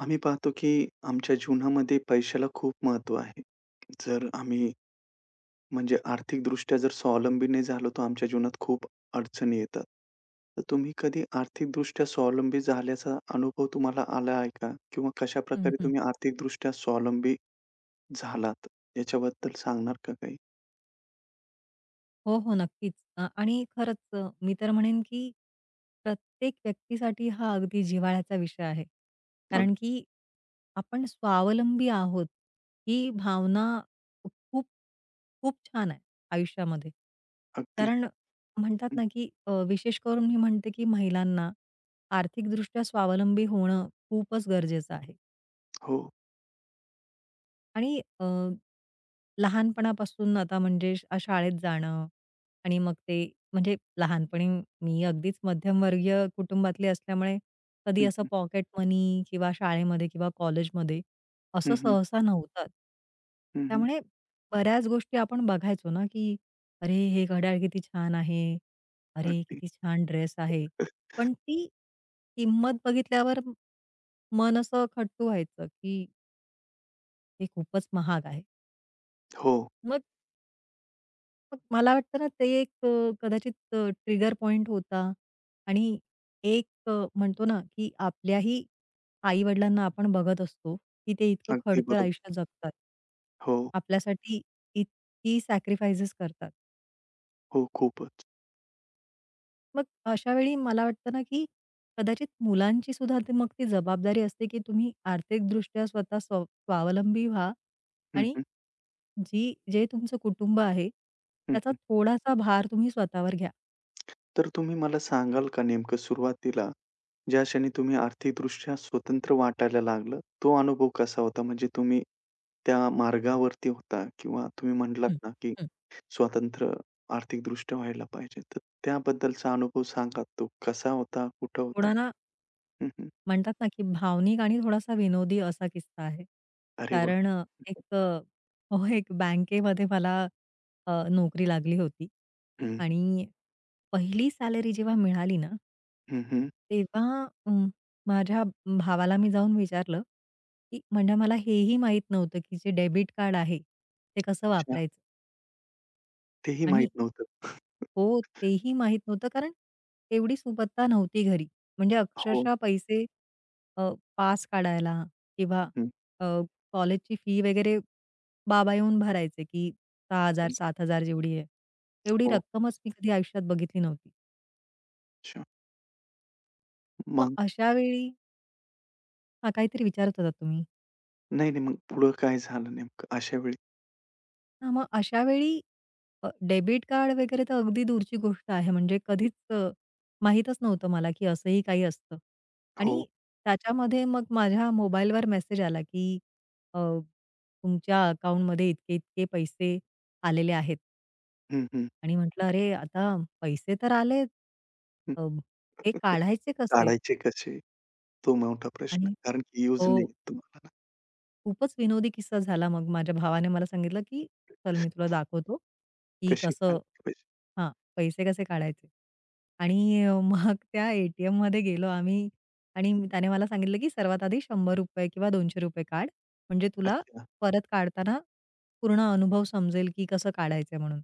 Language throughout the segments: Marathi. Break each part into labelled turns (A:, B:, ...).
A: आम्ही पाहतो की आमच्या जीवनामध्ये पैशाला खूप महत्त्व आहे. जर आम्ही म्हणजे आर्थिकदृष्ट्या जर स्वावलंबी नाही झालो, तर आमच्या जीवनात खूप अडचणी येतात. तर तुम्ही कधी आर्थिकदृष्ट्या स्वावलंबी झाल्याचा अनुभव तुम्हाला आला आहे का? किंवा
B: हं,
A: कशाप्रकारे
B: हं.
A: तुम्ही आर्थिकदृष्ट्या स्वावलंबी झालात याच्याबद्दल सांगणार का काही?
B: हो, हो. नक्कीच. आणि खरंच मी तर म्हणेन, की प्रत्येक व्यक्तीसाठी हा अगदी जिव्हाळ्याचा विषय आहे.
A: अग
B: कारण की आपण स्वावलंबी आहोत, ही भावना खूप, खूप छान आहे आयुष्यामध्ये.
A: अगदी
B: कारण म्हणतात
A: हं,
B: ना, की विशेष करून मी म्हणते, की महिलांना आर्थिकदृष्ट्या स्वावलंबी होणं खूपच गरजेचं आहे.
A: हो.
B: आणि लहानपणापासून आता म्हणजे शाळेत जाणं आणि मग ते म्हणजे लहानपणी मी अगदीच मध्यमवर्गीय कुटुंबातली असल्यामुळे कधी
A: हं,
B: असं
A: हं.
B: पॉकेट मनी किंवा शाळेमध्ये किंवा कॉलेजमध्ये असं
A: हं, हं.
B: सहसा नव्हतं.
A: हं, हं.
B: त्यामुळे बऱ्याच गोष्टी आपण बघायचो ना, की "अरे, हे घड्याळ किती छान आहे. अरे,
A: अगदी.
B: किती छान ड्रेस आहे." पण ती किंमत बघितल्यावर मन असं खट्टू व्हायचं, की "हे खूपच महाग आहे."
A: हो.
B: मग मग मला वाटतं ना ते एक कदाचित ट्रिगर पॉइंट होता आणि एक म्हणतो ना, की आपल्याही आई-वडिलांना आपण बघत असतो, की ते इतकं
A: अगदी
B: खडतर
A: बरोबर.
B: आयुष्य जगतात.
A: हो,
B: आपल्यासाठी इतकी सॅक्रिफाइसेस करतात.
A: हो. खूपच.
B: मग अशा वेळी मला वाटतं ना, की कदाचित मुलांची सुद्धा ते मग ती जबाबदारी असते, की तुम्ही आर्थिकदृष्ट्या स्वतः स्व स्वावलंबी व्हा
A: हं,
B: आणि
A: हं.
B: जे तुमचं कुटुंब आहे,
A: हं,
B: त्याचा
A: हं.
B: थोडासा भार तुम्ही स्वतःवर घ्या.
A: तर तुम्ही मला सांगाल का नेमकं सुरुवातीला, ज्या क्षणी तुम्ही आर्थिकदृष्ट्या स्वतंत्र वाटायला लागलं, तो अनुभव कसा होता? म्हणजे तुम्ही त्या मार्गावरती होता किंवा तुम्ही म्हटलात
B: हं,
A: ना, की
B: हं.
A: स्वतंत्र आर्थिकदृष्ट्या व्हायला पाहिजे. तर त्याबद्दलचा अनुभव सांगा तो कसा होता? कुठं होता?
B: थोडा ना
A: हं, हं.
B: म्हणतात ना, की भावनिक आणि थोडासा विनोदी असा किस्सा आहे.
A: अरे वाह!
B: कारण एक अ, हो, एक बँकेमध्ये मला नोकरी लागली होती
A: हं,
B: आणि पहिली सॅलरी जेव्हा मिळाली ना,
A: हं, हं.
B: तेव्हा माझ्या भावाला मी जाऊन विचारलं, की म्हणजे मला हेही माहीत नव्हतं, की जे डेबिट कार्ड आहे, ते कसं
A: अच्छा.
B: वापरायचं
A: तेही माहीत
B: आणि
A: नव्हतं.
B: हो, तेही माहीत नव्हतं कारण एवढी सुबत्ता नव्हती घरी. म्हणजे
A: हो.
B: अक्षरशः पैसे अ, पास काढायला किंवा
A: हं,
B: अ, कॉलेजची फी वगैरे बाबा येऊन भरायचे, की 6,000
A: हं.
B: 7,000 जेवढी आहे. एवढी
A: हो.
B: रक्कमच मी कधी आयुष्यात बघितली नव्हती.
A: अच्छा.
B: मग
A: मग?
B: अशा वेळी हां, काहीतरी विचारत होतात तुम्ही?
A: नाही, नाही. मग पुढं काय झालं नेमकं अशा वेळी?
B: हां, मग अशा वेळी डेबिट कार्ड वगैरे तर अगदी दूरची गोष्ट आहे. म्हणजे
A: हं.
B: कधीच माहीतच नव्हतं मला, की असंही काही असतं.
A: हो.
B: आणि त्याच्यामध्ये मग माझ्या मोबाईलवर मेसेज आला, की अ, तुमच्या अकाउंटमध्ये इतके-इतके पैसे आलेले आहेत.
A: हं, हं.
B: आणि म्हटलं, "अरे, आता पैसे तर आलेत. अ, हे काढायचे कसे?"
A: काढायचे कसे? तो मोठा प्रश्न.
B: आणि
A: कारण की यूज
B: हो.
A: नाही तुम्हाला ना.
B: खूपच विनोदी किस्सा झाला मग. माझ्या भावाने मला सांगितलं, की "चल मी तुला दाखवतो, की
A: कसे
B: कसं
A: काढायचे पैसे?
B: हां, पैसे कसे काढायचे." आणि मग त्या एटीएममध्ये गेलो आम्ही आणि त्याने मला सांगितलं, की "सर्वात आधी ₹100 किंवा ₹200 काढ, म्हणजे तुला
A: अच्छा.
B: परत काढताना पूर्ण अनुभव समजेल, की कसं काढायचं म्हणून."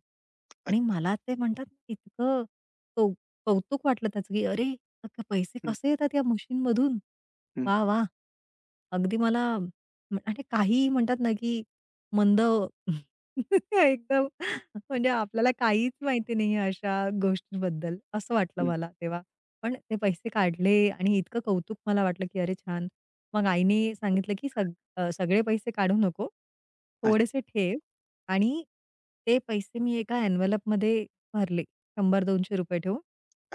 A: अ
B: आणि मला ते म्हणतात ना, इतकं कौ कौतुक वाटलं त्याचं, की "अरे, अख्खे पैसे
A: हं,
B: कसे येतात या मशीनमधून?
A: हं,
B: वाह! वाह!" अगदी मला आणि काहीही म्हणतात ना, की मंद एकदम
A: हं,
B: म्हणजे आपल्याला काहीच माहिती नाहीये अशा गोष्टींबद्दल, असं वाटलं
A: हं.
B: मला तेव्हा. पण ते पैसे काढले आणि इतकं कौतुक मला वाटलं, की अरे छान! मग आईने सांगितलं, की सगळे पैसे काढू नको,
A: अ
B: थोडेसे ठेव आणि ते पैसे मी एका एन्व्हलपमध्ये भरले ₹100-200 ठेवून.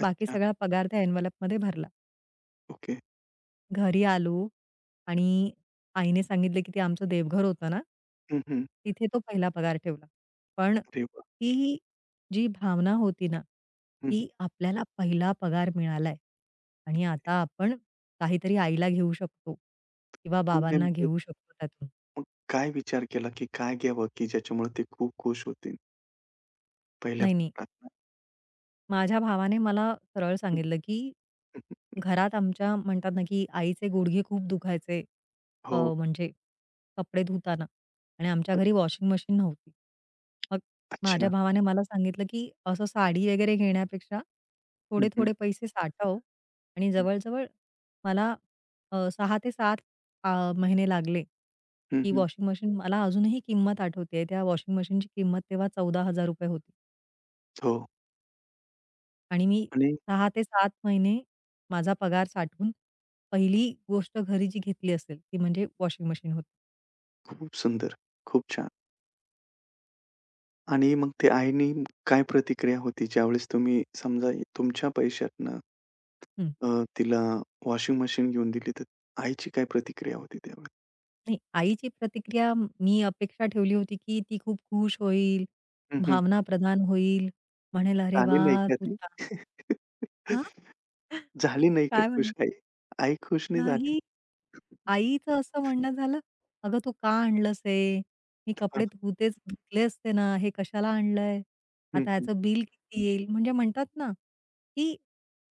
B: बाकी सगळा पगार त्या एन्व्हलपमध्ये भरला.
A: ओके.
B: घरी आलो आणि आईने सांगितलं, की ते आमचं देवघर होतं ना,
A: हं, हं.
B: तिथे तो पहिला पगार ठेवला. पण
A: अरे वाह!
B: ती जी भावना होती ना,
A: हं, हं.
B: की आपल्याला पहिला पगार मिळालाय आणि आता आपण काहीतरी आईला घेऊ शकतो किंवा
A: मग
B: बाबांना
A: नेमकं
B: घेऊ शकतो त्यातून.
A: मग काय विचार केला, की काय घ्यावं, की ज्याच्यामुळे ते खूप खुश होतील? पहिल्या
B: नाही, नाही.
A: प्रयत्नात.
B: माझ्या भावाने मला सरळ
A: हं,
B: सांगितलं, की
A: हं, हं.
B: घरात आमच्या म्हणतात ना, की आईचे गुडघे खूप दुखायचे.
A: हो.
B: म्हणजे कपडे धुताना आणि आमच्या
A: अ
B: घरी वॉशिंग मशीन नव्हती. मग माझ्या
A: अच्छा.
B: भावाने मला सांगितलं, की असं साडी वगैरे घेण्यापेक्षा
A: हं, हं,
B: थोडे-थोडे पैसे साठव आणि
A: हं,
B: जवळ मला 6 ते 7 महिने लागले,
A: हं,
B: की
A: हं.
B: वॉशिंग मशीन मला अजूनही किंमत आठवते. त्या वॉशिंग मशीनची किंमत तेव्हा ₹14,000 होती.
A: हो.
B: आणि मी
A: आणि
B: 6 ते 7 महिने माझा पगार साठवून पहिली गोष्ट घरी जी घेतली असेल, ती म्हणजे वॉशिंग मशीन होती.
A: खूप सुंदर, खूप छान. आणि मग ते आईनी काय प्रतिक्रिया होती ज्यावेळेस तुम्ही समजा तुमच्या पैशातनं
B: हं.
A: अ, तिला वॉशिंग मशीन घेऊन दिली, तर आईची काय प्रतिक्रिया होती त्यावेळी?
B: आणि आईची प्रतिक्रिया मी अपेक्षा ठेवली होती, की ती खूप खुश होईल,
A: हं, हं.
B: भावनाप्रधान होईल, म्हणेल, "अरे
A: झाली नाही
B: वाह!
A: का
B: तू
A: ती?
B: छान" हां?
A: झाली नाही का
B: काय म्हणे?
A: खुश आई? आई खुश नाही झाली.
B: नाही. आईचं असं म्हणणं झालं, "अगं तू का आणलंस हे? मी
A: हां.
B: कपडे धुतेच धुतले असते ना, हे कशाला आणलंय?
A: हं,
B: आता
A: हं.
B: ह्याचं बिल किती येईल?" म्हणजे म्हणतात ना, की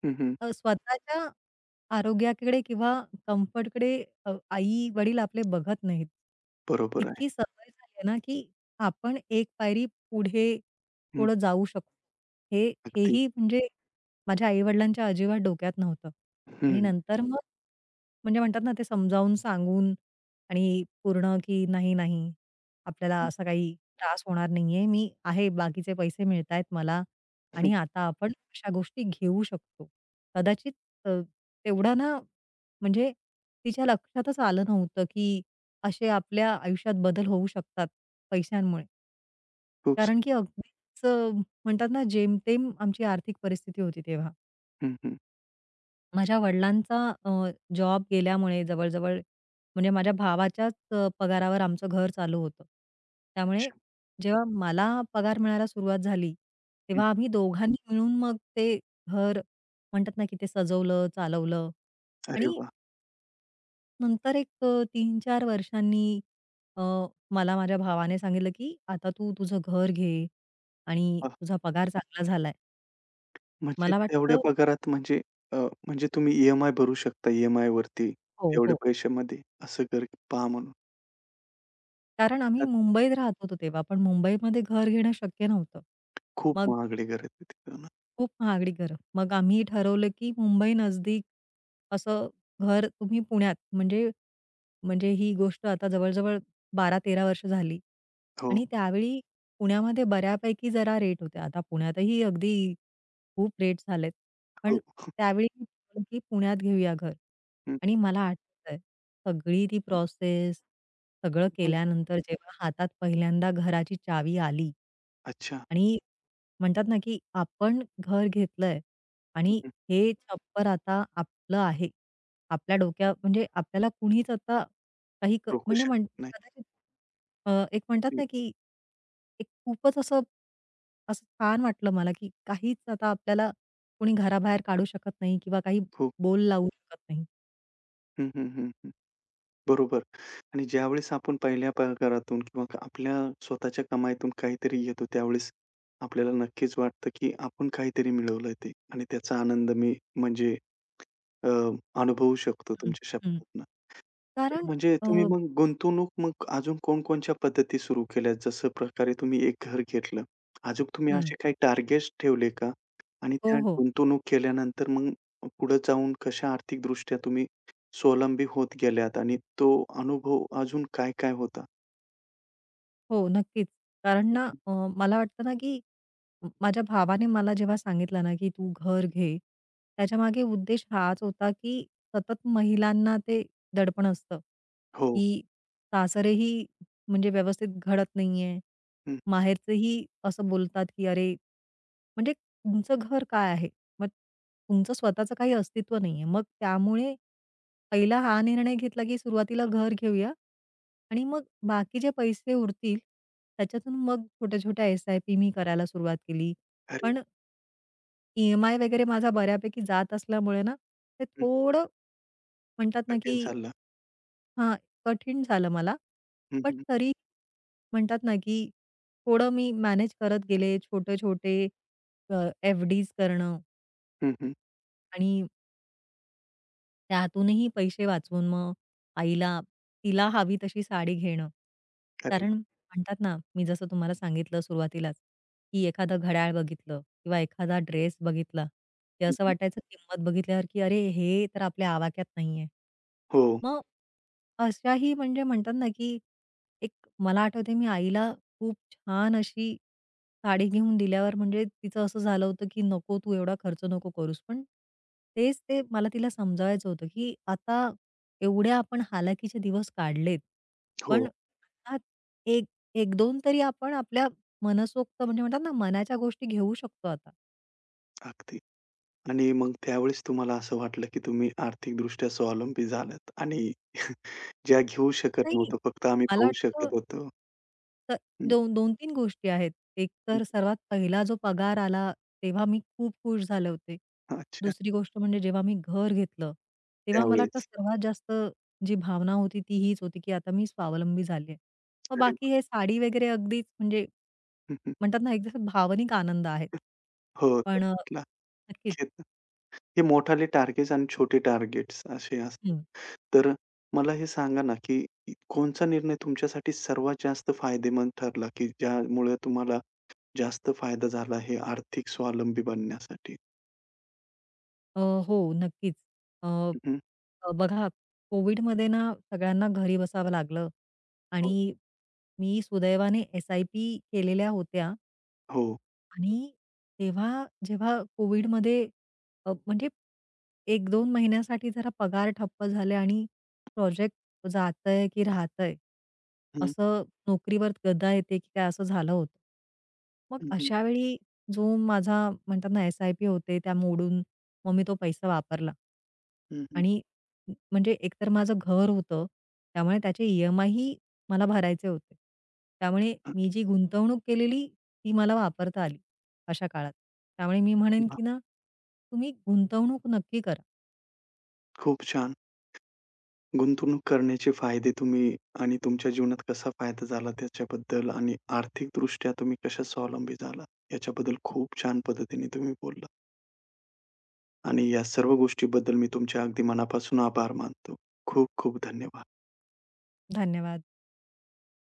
A: हं, हं.
B: स्वतःच्या आरोग्याकडे किंवा कम्फर्टकडे आई-वडील आपले बघत नाहीत.
A: बरोबर आहे.
B: इतकी सवय झाली आहे ना, की आपण एक पायरी पुढे
A: हं.
B: थोडं जाऊ शकतो. हे
A: अगदी.
B: हेही म्हणजे माझ्या आई-वडिलांच्या अजिबात डोक्यात नव्हतं.
A: हं,
B: आणि
A: हं,
B: नंतर मग म्हणजे म्हणतात ना, ते समजावून सांगून आणि पूर्ण की "नाही, नाही, आपल्याला असा काही त्रास होणार नाहीये. मी आहे, बाकीचे पैसे मिळतायत मला
A: हं.
B: आणि आता आपण अशा गोष्टी घेऊ शकतो." कदाचित अ, तेवढं ना म्हणजे तिच्या लक्षातच आलं नव्हतं, की असे आपल्या आयुष्यात बदल होऊ शकतात पैशांमुळे.
A: खूप स
B: कारण की अगदीच म्हणतात ना, जेमतेम आमची आर्थिक परिस्थिती होती तेव्हा.
A: हं, हं.
B: माझ्या वडिलांचा अ, जॉब गेल्यामुळे जवळ-जवळ म्हणजे माझ्या भावाच्याच पगारावर आमचं घर चालू होतं. त्यामुळे
A: अच्छा.
B: जेव्हा मला पगार मिळायला सुरुवात झाली,
A: हं.
B: तेव्हा आम्ही दोघांनी मिळून मग ते घर म्हणतात ना, की ते सजवलं, चालवलं
A: अरे
B: आणि
A: वाह!
B: नंतर एक 3-4 वर्षांनी अ, मला माझ्या भावाने सांगितलं, की "आता तू तुझं घर घे आणि
A: वाह!
B: तुझा पगार चांगला झालाय."
A: म्हणजे
B: मला
A: तेवढ्या
B: वाटतं
A: पगारात म्हणजे अ, म्हणजे तुम्ही ई भरू शकता ई एम
B: हो,
A: तेवढ्या
B: हो.
A: पैशामध्ये असं घर पहा म्हणून.
B: कारण आम्ही
A: त्यात
B: मुंबईत राहत होतो तेव्हा, पण मुंबईमध्ये घर घेणं शक्य नव्हतं.
A: खूप
B: मग
A: महागडे घर आहेत ते तिथं ना.
B: खूप महागडी घरं. मग आम्ही ठरवलं, की मुंबई नजदीक असं घर तुम्ही पुण्यात म्हणजे म्हणजे ही गोष्ट आता जवळ-जवळ 12-13 वर्ष झाली
A: हो,
B: आणि त्यावेळी पुण्यामध्ये बऱ्यापैकी जरा रेट होते. आता पुण्यातही अगदी खूप रेट झालेत. पण
A: हो.
B: त्यावेळी मी ठरवलं, की पुण्यात घेऊया घर
A: हं, हं.
B: आणि मला आठवतंय सगळी ती प्रोसेस सगळं
A: मग
B: केल्यानंतर जेव्हा हातात पहिल्यांदा घराची चावी आली
A: अच्छा.
B: आणि म्हणतात ना, की आपण घर घेतलंय आणि हे छप्पर आता आपलं आहे. आपल्या डोक्या म्हणजे आपल्याला कुणीच आता काही क
A: रोखू
B: म्हणजे म्हण
A: शकत नाही.
B: कदाचित एक म्हणतात
A: हं,
B: ना, की एक खूपच असं, असं छान वाटलं मला, की काहीच आता आपल्याला कोणी घराबाहेर काढू शकत नाही किंवा काही
A: खूप.
B: बोल लावू शकत नाही.
A: हं, हं, हं, हं. बरोबर आणि ज्यावेळेस आपण पहिल्या पगारातून किंवा आपल्या स्वतःच्या कमाईतून काहीतरी येतो, त्यावेळेस आपल्याला नक्कीच वाटतं, की आपण काहीतरी मिळवलंय ते आणि त्याचा आनंद मी म्हणजे अ, अनुभवू शकतो
B: हं,
A: तुमच्या
B: हं.
A: शब्दातनं.
B: कारण
A: म्हणजे
B: अ,
A: तुम्ही मग गुंतवणूक मग अजून कोणकोणत्या पद्धती सुरू केल्या? जसं प्रकारे तुम्ही एक घर घेतलं. अजून तुम्ही
B: हं.
A: असे काही टार्गेट्स ठेवले का? आणि
B: हो,
A: त्या
B: हो.
A: गुंतवणूक केल्यानंतर मग पुढे जाऊन कशा आर्थिकदृष्ट्या तुम्ही स्वावलंबी होत गेल्यात आणि तो अनुभव अजून काय-काय होता?
B: हो, नक्कीच. कारण ना, मला वाटतं ना, की माझ्या भावाने मला जेव्हा सांगितलं ना, की "तू घर घे." त्याच्या मागे उद्देश हाच होता, की सतत महिलांना ते दडपण असतं,
A: हो.
B: की सासरेही म्हणजे व्यवस्थित घडत नाहीये.
A: हं.
B: माहेरचेही असं बोलतात, की "अरे, म्हणजे तुमचं घर काय आहे?" मग तुमचं स्वतःचं काही अस्तित्व नाहीये. मग त्यामुळे पहिला हा निर्णय घेतला, की सुरुवातीला घर घेऊया आणि मग बाकी जे पैसे उरतील त्याच्यातून मग छोट्या-छोट्या एस-आय-पी मी करायला सुरुवात केली.
A: अरे!
B: पण ई-एम-आय वगैरे माझा बऱ्यापैकी जात असल्यामुळे ना, ते
A: हं.
B: थोडं म्हणतात ना, की
A: कठीण चाललं.
B: हां, कठीण झालं मला.
A: हं,
B: पण
A: हं.
B: तरी म्हणतात ना, की थोडं मी मॅनेज करत गेले छोटे-छोटे एफ-डीज करणं
A: हं, हं.
B: आणि त्यातूनही पैसे वाचवून मग आईला तिला हवी तशी साडी घेणं.
A: अरे!
B: कारण म्हणतात ना, मी जसं तुम्हाला सांगितलं सुरुवातीलाच, की एखादं घड्याळ बघितलं किंवा एखादा ड्रेस बघितला, की
A: हं,
B: असं
A: हं.
B: वाटायचं किंमत बघितल्यावर, की "अरे, हे तर आपल्या आवाक्यात नाहीये."
A: हो,
B: मग अशाही म्हणजे म्हणतात ना, की एक मला आठवतंय मी आईला खूप छान अशी साडी घेऊन दिल्यावर म्हणजे तिचं असं झालं होतं, की "नको तू एवढा खर्च नको करूस." पण तेच ते मला तिला समजावायचं होतं, की आता एवढ्या आपण हालाकीचे दिवस काढलेत,
A: हो.
B: पण त्यात एक 1-2 तरी आपण आपल्या मनसोक्त म्हणजे म्हणतात ना, मनाच्या गोष्टी घेऊ शकतो आता.
A: अगदी. आणि मग त्यावेळेस तुम्हाला असं वाटलं, की तुम्ही आर्थिकदृष्ट्या स्वावलंबी झालात आणि ज्या घेऊ शकत
B: नाही.
A: नव्हतो. फक्त आम्ही
B: मला
A: पाहू शकत
B: वाटतं
A: होतो.
B: तर
A: हं,
B: दोन 2-3 गोष्टी आहेत. एक
A: हं.
B: तर सर्वात पहिला जो पगार आला, तेव्हा मी खूप खुश झाले होते.
A: अच्छा.
B: दुसरी गोष्ट म्हणजे जेव्हा मी घर घेतलं, तेव्हा मला वाटतं
A: त्यावेळेस.
B: सर्वात जास्त जी भावना होती ती हीच होती, की आता मी स्वावलंबी झाली आहे. मग
A: अरे वाह!
B: बाकी हे साडी वगैरे अगदीच म्हणजे
A: हं, हं.
B: म्हणतात ना, एक जसं भावनिक आनंद आहे.
A: हो,
B: पण
A: त्यातला
B: नक्कीच.
A: खेळता. हे मोठाले टार्गेट्स आणि छोटे टार्गेट्स असे असतात. तर मला हे सांगा ना, की कोणचा निर्णय तुमच्यासाठी सर्वात जास्त फायदेमंद ठरला, की ज्यामुळे तुम्हाला जास्त फायदा झाला हे आर्थिक स्वावलंबी बनण्यासाठी?
B: अ, हो, नक्कीच. अ,
A: हं, हं.
B: अ, बघा कोविडमध्ये ना सगळ्यांना घरी बसावं लागलं
A: हो.
B: आणि मी सुदैवाने एस-आय-पी केलेल्या होत्या.
A: हो.
B: आणि तेव्हा जेव्हा कोविडमध्ये म्हणजे 1-2 महिन्यासाठी जरा पगार ठप्प झाले आणि प्रोजेक्ट जातंय की राहतंय,
A: हं,
B: असं नोकरीवर गदा येते की काय असं झालं होतं. मग
A: हं, हं.
B: अशा वेळी जो माझा म्हणतात ना, एस-आय-पी होते त्या मोडून मग मी तो पैसा वापरला.
A: हं, हं.
B: आणि म्हणजे एकतर माझं घर होतं, त्यामुळे त्याचे ई-एम-आयही मला भरायचे होते. त्यामुळे
A: अरे
B: मी जी गुंतवणूक केलेली ती मला वापरता आली. अशा काळात. त्यामुळे मी म्हणेन
A: वाह!
B: की ना, तुम्ही गुंतवणूक नक्की करा.
A: खूप छान. गुंतवणूक करण्याचे फायदे तुम्ही आणि तुमच्या जीवनात कसा फायदा झाला त्याच्याबद्दल आणि आर्थिकदृष्ट्या तुम्ही कशा स्वावलंबी झालात, याच्याबद्दल खूप छान पद्धतीने तुम्ही बोललात आणि या सर्व गोष्टीबद्दल मी तुमचे अगदी मनापासून आभार मानतो. खूप खूप धन्यवाद.
B: धन्यवाद.